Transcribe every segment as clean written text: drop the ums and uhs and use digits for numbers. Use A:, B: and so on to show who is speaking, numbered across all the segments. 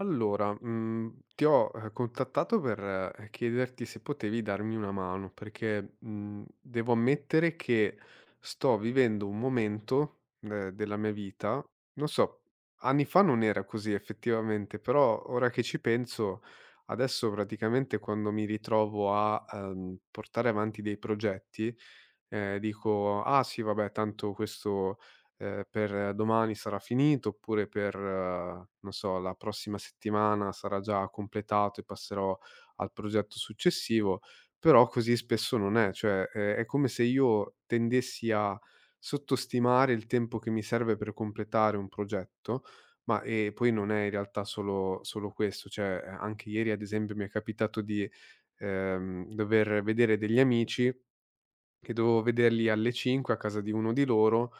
A: Allora, ti ho, contattato per, chiederti se potevi darmi una mano, perché, devo ammettere che sto vivendo un momento, della mia vita, non so, anni fa non era così effettivamente, però ora che ci penso, adesso praticamente quando mi ritrovo a, portare avanti dei progetti, dico: "Ah sì vabbè tanto questo, per domani sarà finito", oppure per, non so, la prossima settimana sarà già completato e passerò al progetto successivo, però così spesso non è. Cioè, è come se io tendessi a sottostimare il tempo che mi serve per completare un progetto, ma poi non è in realtà solo questo. Cioè, anche ieri ad esempio mi è capitato di, dover vedere degli amici che dovevo vederli alle 5 a casa di uno di loro.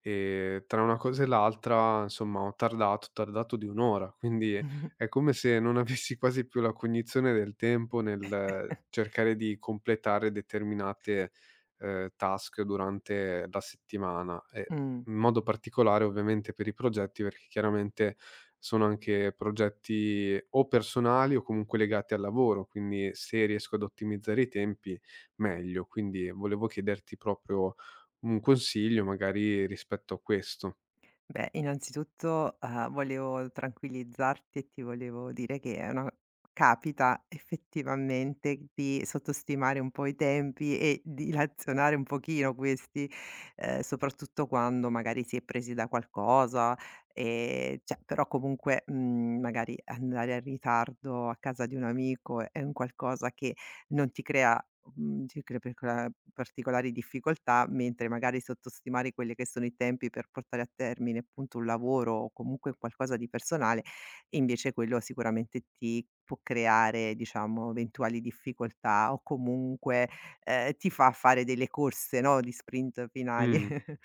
A: Tra una cosa e l'altra, insomma, ho tardato di un' ora, quindi
B: Mh-mh,
A: è come se non avessi quasi più la cognizione del tempo nel cercare di completare determinate, task durante la settimana e
B: mh.
A: in modo particolare ovviamente per i progetti, perché chiaramente sono anche progetti o personali o comunque legati al lavoro, quindi se riesco ad ottimizzare i tempi meglio. Quindi volevo chiederti proprio un consiglio magari rispetto a questo.
B: Beh, innanzitutto, volevo tranquillizzarti e ti volevo dire che è una capita effettivamente di sottostimare un po' i tempi e dilazionare un pochino questi, soprattutto quando magari si è presi da qualcosa, cioè però comunque, magari andare in ritardo a casa di un amico è un qualcosa che non ti crea ti crea percola particolari difficoltà, mentre magari sottostimare quelli che sono i tempi per portare a termine appunto un lavoro o comunque qualcosa di personale, invece quello sicuramente ti può creare diciamo eventuali difficoltà o comunque, ti fa fare delle corse, no, di sprint finali.
A: Mh.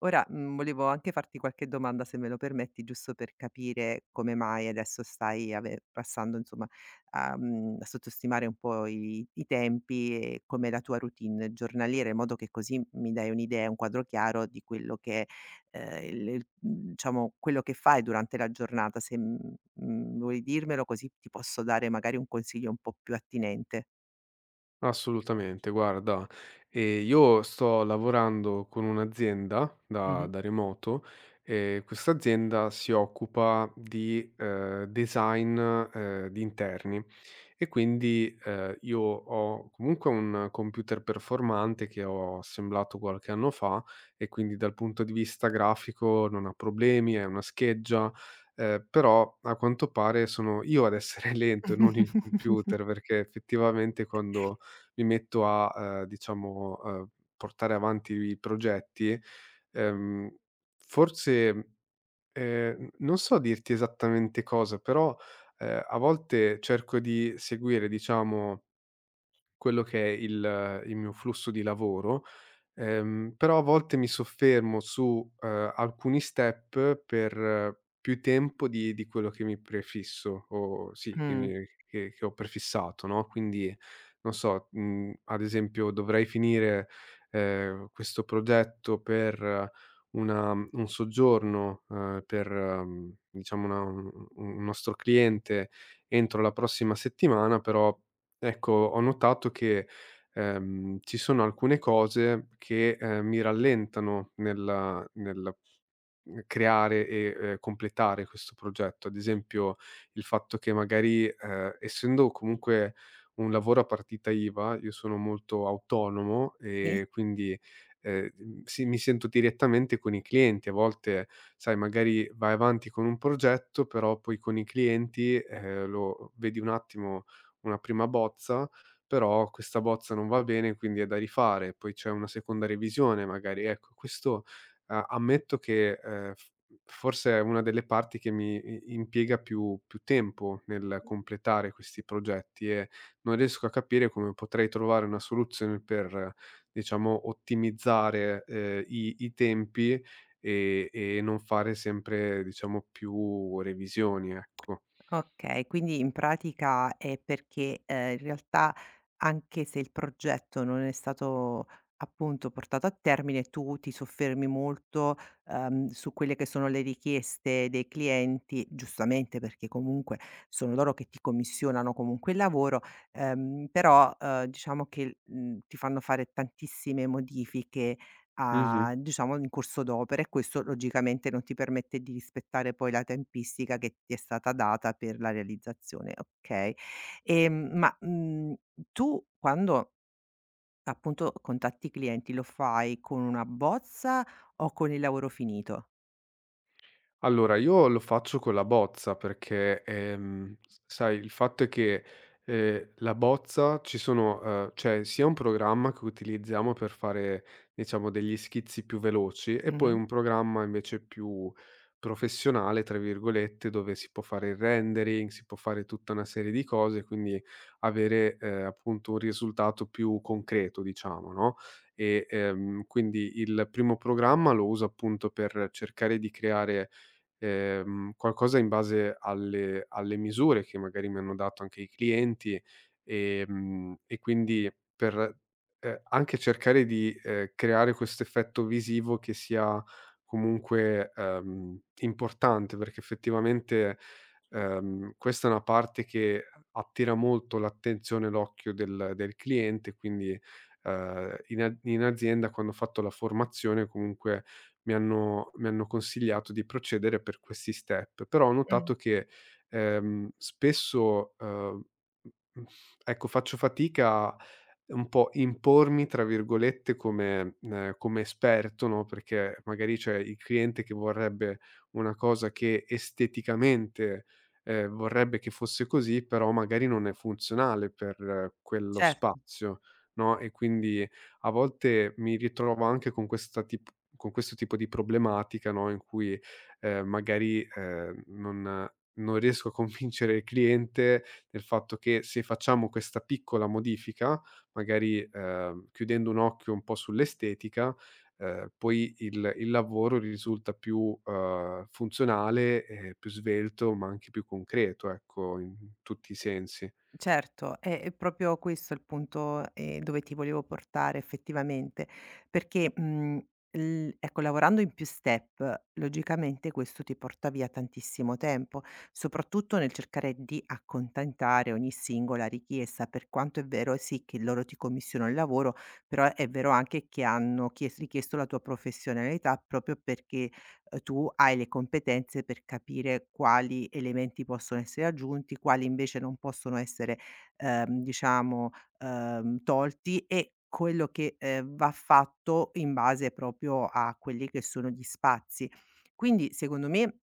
B: Ora, volevo anche farti qualche domanda, se me lo permetti, giusto per capire come mai adesso stai ave passando insomma a a sottostimare un po' i tempi e come la tua routine giornaliera, in modo che così mi dai un'idea, un quadro chiaro di quello che, il diciamo quello che fai durante la giornata. Se, vuoi dirmelo così ti posso dare magari un consiglio un po' più attinente.
A: Assolutamente, guarda, io sto lavorando con un'azienda
B: Mh-mh.
A: da
B: Mh.
A: da remoto, e quest'azienda si occupa di, design, di interni, e quindi, io ho comunque un computer performante che ho assemblato qualche anno fa, e quindi dal punto di vista grafico non ha problemi, è una scheggia, però a quanto pare sono io ad essere lento e non il computer, perché effettivamente quando mi metto a, diciamo, portare avanti i progetti, ehm, forse, non so dirti esattamente cosa, però, a volte cerco di seguire, diciamo, quello che è il mio flusso di lavoro. Però a volte mi soffermo su, alcuni step per più tempo di quello che mi prefisso o sì, che mi che ho prefissato, no, quindi non so, ad esempio dovrei finire, questo progetto per una un soggiorno, per, diciamo una un nostro cliente entro la prossima settimana, però ecco, ho notato che ci sono alcune cose che, mi rallentano nel creare e, completare questo progetto. Ad esempio, il fatto che magari, essendo comunque un lavoro a partita IVA, io sono molto autonomo
B: Sì.
A: e quindi, sì, mi sento direttamente con i clienti. A volte, sai, magari vai avanti con un progetto, però poi con i clienti, lo vedi un attimo una prima bozza, però questa bozza non va bene, quindi è da rifare, poi c'è una seconda revisione magari. Ecco, questo a ammetto che, f forse è una delle parti che mi i impiega più tempo nel completare questi progetti, e non riesco a capire come potrei trovare una soluzione per, diciamo, ottimizzare, i tempi e non fare sempre, diciamo, più revisioni, ecco.
B: Okay, quindi in pratica è perché, in realtà anche se il progetto non è stato appunto portato a termine, tu ti soffermi molto, su quelle che sono le richieste dei clienti, giustamente perché comunque sono loro che ti commissionano comunque il lavoro, però, diciamo che, ti fanno fare tantissime modifiche
A: Mh-mh.
B: a diciamo in corso d'opera e questo logicamente non ti permette di rispettare poi la tempistica che ti è stata data per la realizzazione, okay. Ma, tu quando appunto contatti i clienti lo fai con una bozza o con il lavoro finito?
A: Allora, io lo faccio con la bozza perché, s sai, il fatto è che, la bozza ci sono c'è sia un programma che utilizziamo per fare, diciamo, degli schizzi più veloci, e poi
B: Mh-mh.
A: un programma invece più "professionale", tra virgolette, dove si può fare il rendering, si può fare tutta una serie di cose, quindi avere, appunto un risultato più concreto, diciamo, no, e, quindi il primo programma lo uso appunto per cercare di creare qualcosa in base alle misure che magari mi hanno dato anche i clienti, e quindi per, anche cercare di, creare questo effetto visivo che sia comunque, importante, perché effettivamente, questa è una parte che attira molto l'attenzione e l'occhio del cliente, quindi, in azienda quando ho fatto la formazione comunque mi hanno consigliato di procedere per questi step, però ho
B: Mh,
A: notato che, spesso, mh, ecco, faccio fatica a un po' "impormi" tra virgolette come esperto, no, perché magari c'è il cliente che vorrebbe una cosa che esteticamente, vorrebbe che fosse così, però magari non è funzionale per quello
B: cer
A: spazio, no, e quindi a volte mi ritrovo anche con questa tip con questo tipo di problematica, no, in cui, magari, non riesco a convincere il cliente del fatto che se facciamo questa piccola modifica, magari, chiudendo un occhio un po' sull'estetica, poi il lavoro risulta più, funzionale e più svelto, ma anche più concreto, ecco, in tutti i sensi.
B: Certo, è proprio questo il punto, dove ti volevo portare effettivamente, perché, l ecco, lavorando in più step, logicamente questo ti porta via tantissimo tempo, soprattutto nel cercare di accontentare ogni singola richiesta, per quanto è vero sì che loro ti commissionano il lavoro, però è vero anche che hanno chies richiesto la tua professionalità proprio perché tu hai le competenze per capire quali elementi possono essere aggiunti, quali invece non possono essere, diciamo, tolti e quello che va fatto in base proprio a quelli che sono gli spazi. Quindi, secondo me,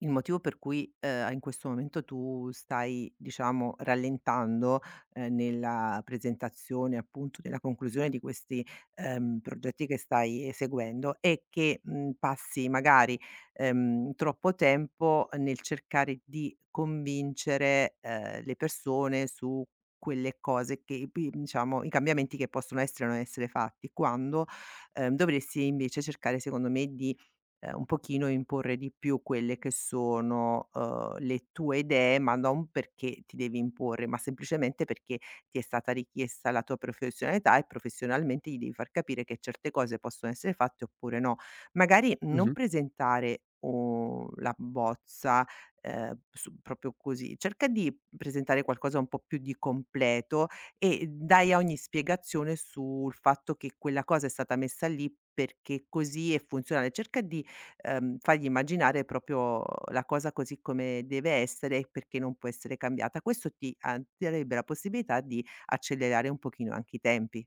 B: il motivo per cui, in questo momento tu stai, diciamo, rallentando, nella presentazione appunto della conclusione di questi, progetti che stai eseguendo è che, passi magari, troppo tempo nel cercare di convincere, le persone su quelle cose che pi diciamo, i cambiamenti che possono essere o non essere fatti, quando, dovresti invece cercare secondo me di un pochino imporre di più quelle che sono, le tue idee, ma non perché ti devi imporre, ma semplicemente perché ti è stata richiesta la tua professionalità e professionalmente gli devi far capire che certe cose possono essere fatte oppure no. Magari non
A: Mh-mh.
B: presentare u la bozza, su proprio così, cerca di presentare qualcosa un po' più di completo e dai ogni spiegazione sul fatto che quella cosa è stata messa lì perché così è funzionale. Cerca di fargli immaginare proprio la cosa così come deve essere e perché non può essere cambiata. Questo ti, ti darebbe la possibilità di accelerare un pochino anche i tempi.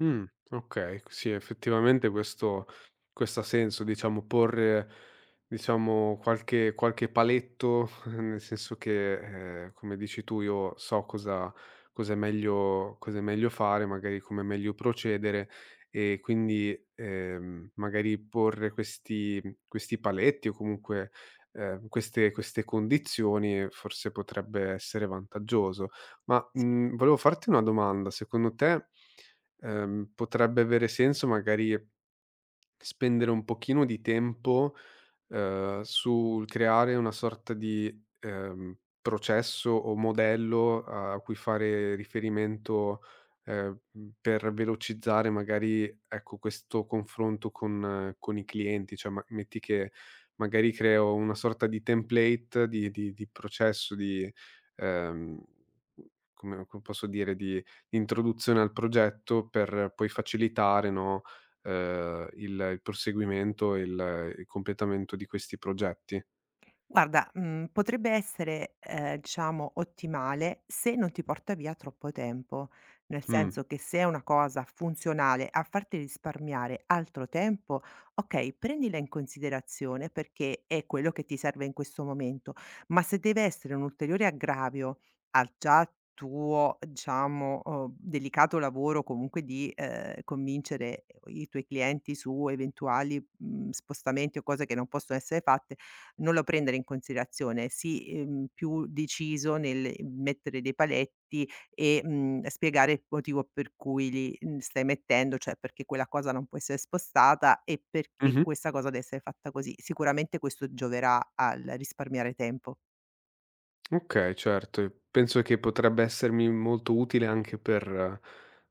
A: Mh, okay. Sì, effettivamente questo ha senso, diciamo porre, diciamo, qualche paletto, nel senso che, come dici tu, io so cosa è meglio fare, magari come è meglio procedere, e quindi, magari porre questi paletti o comunque, queste condizioni forse potrebbe essere vantaggioso. Ma, volevo farti una domanda: secondo te, potrebbe avere senso magari spendere un pochino di tempo sul creare una sorta di, processo o modello a cui fare riferimento, per velocizzare magari, ecco, questo confronto con i clienti. Cioè, ma metti che magari creo una sorta di template di processo, di, ehm, come posso dire, di introduzione al progetto per poi facilitare, no, il proseguimento e il completamento di questi progetti.
B: Guarda, potrebbe essere, diciamo ottimale se non ti porta via troppo tempo, nel
A: Mh.
B: senso che se è una cosa funzionale a farti risparmiare altro tempo, okay, prendila in considerazione perché è quello che ti serve in questo momento, ma se deve essere un ulteriore aggravio al già tuo, diciamo, delicato lavoro comunque di, convincere i tuoi clienti su eventuali, spostamenti o cose che non possono essere fatte non lo prendere in considerazione, sii, più deciso nel mettere dei paletti e, spiegare il motivo per cui li, stai mettendo, cioè perché quella cosa non può essere spostata e perché
A: Mh-mh.
B: questa cosa deve essere fatta così. Sicuramente questo gioverà al risparmiare tempo.
A: Okay, certo, e penso che potrebbe essermi molto utile anche per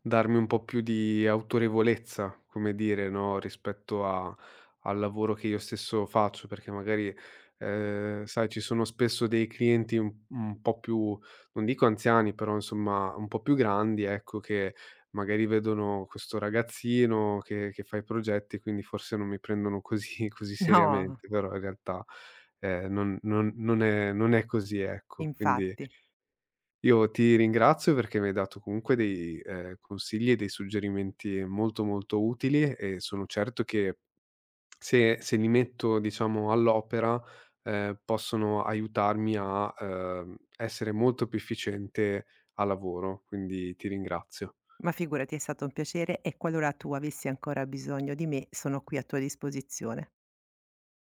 A: darmi un po' più di autorevolezza, come dire, no, rispetto a al lavoro che io stesso faccio, perché magari, sai, ci sono spesso dei clienti un po' più non dico anziani, però insomma un po' più grandi, ecco, che magari vedono questo ragazzino che fa i progetti, quindi forse non mi prendono così così
B: No,
A: seriamente, però in realtà non è così, ecco. Quindi
B: infatti.
A: io ti ringrazio perché mi hai dato comunque dei, consigli e dei suggerimenti molto, molto utili e sono certo che se li metto, diciamo, all'opera, possono aiutarmi a, essere molto più efficiente al lavoro, quindi ti ringrazio.
B: Ma figurati, è stato un piacere e qualora tu avessi ancora bisogno di me, sono qui a tua disposizione.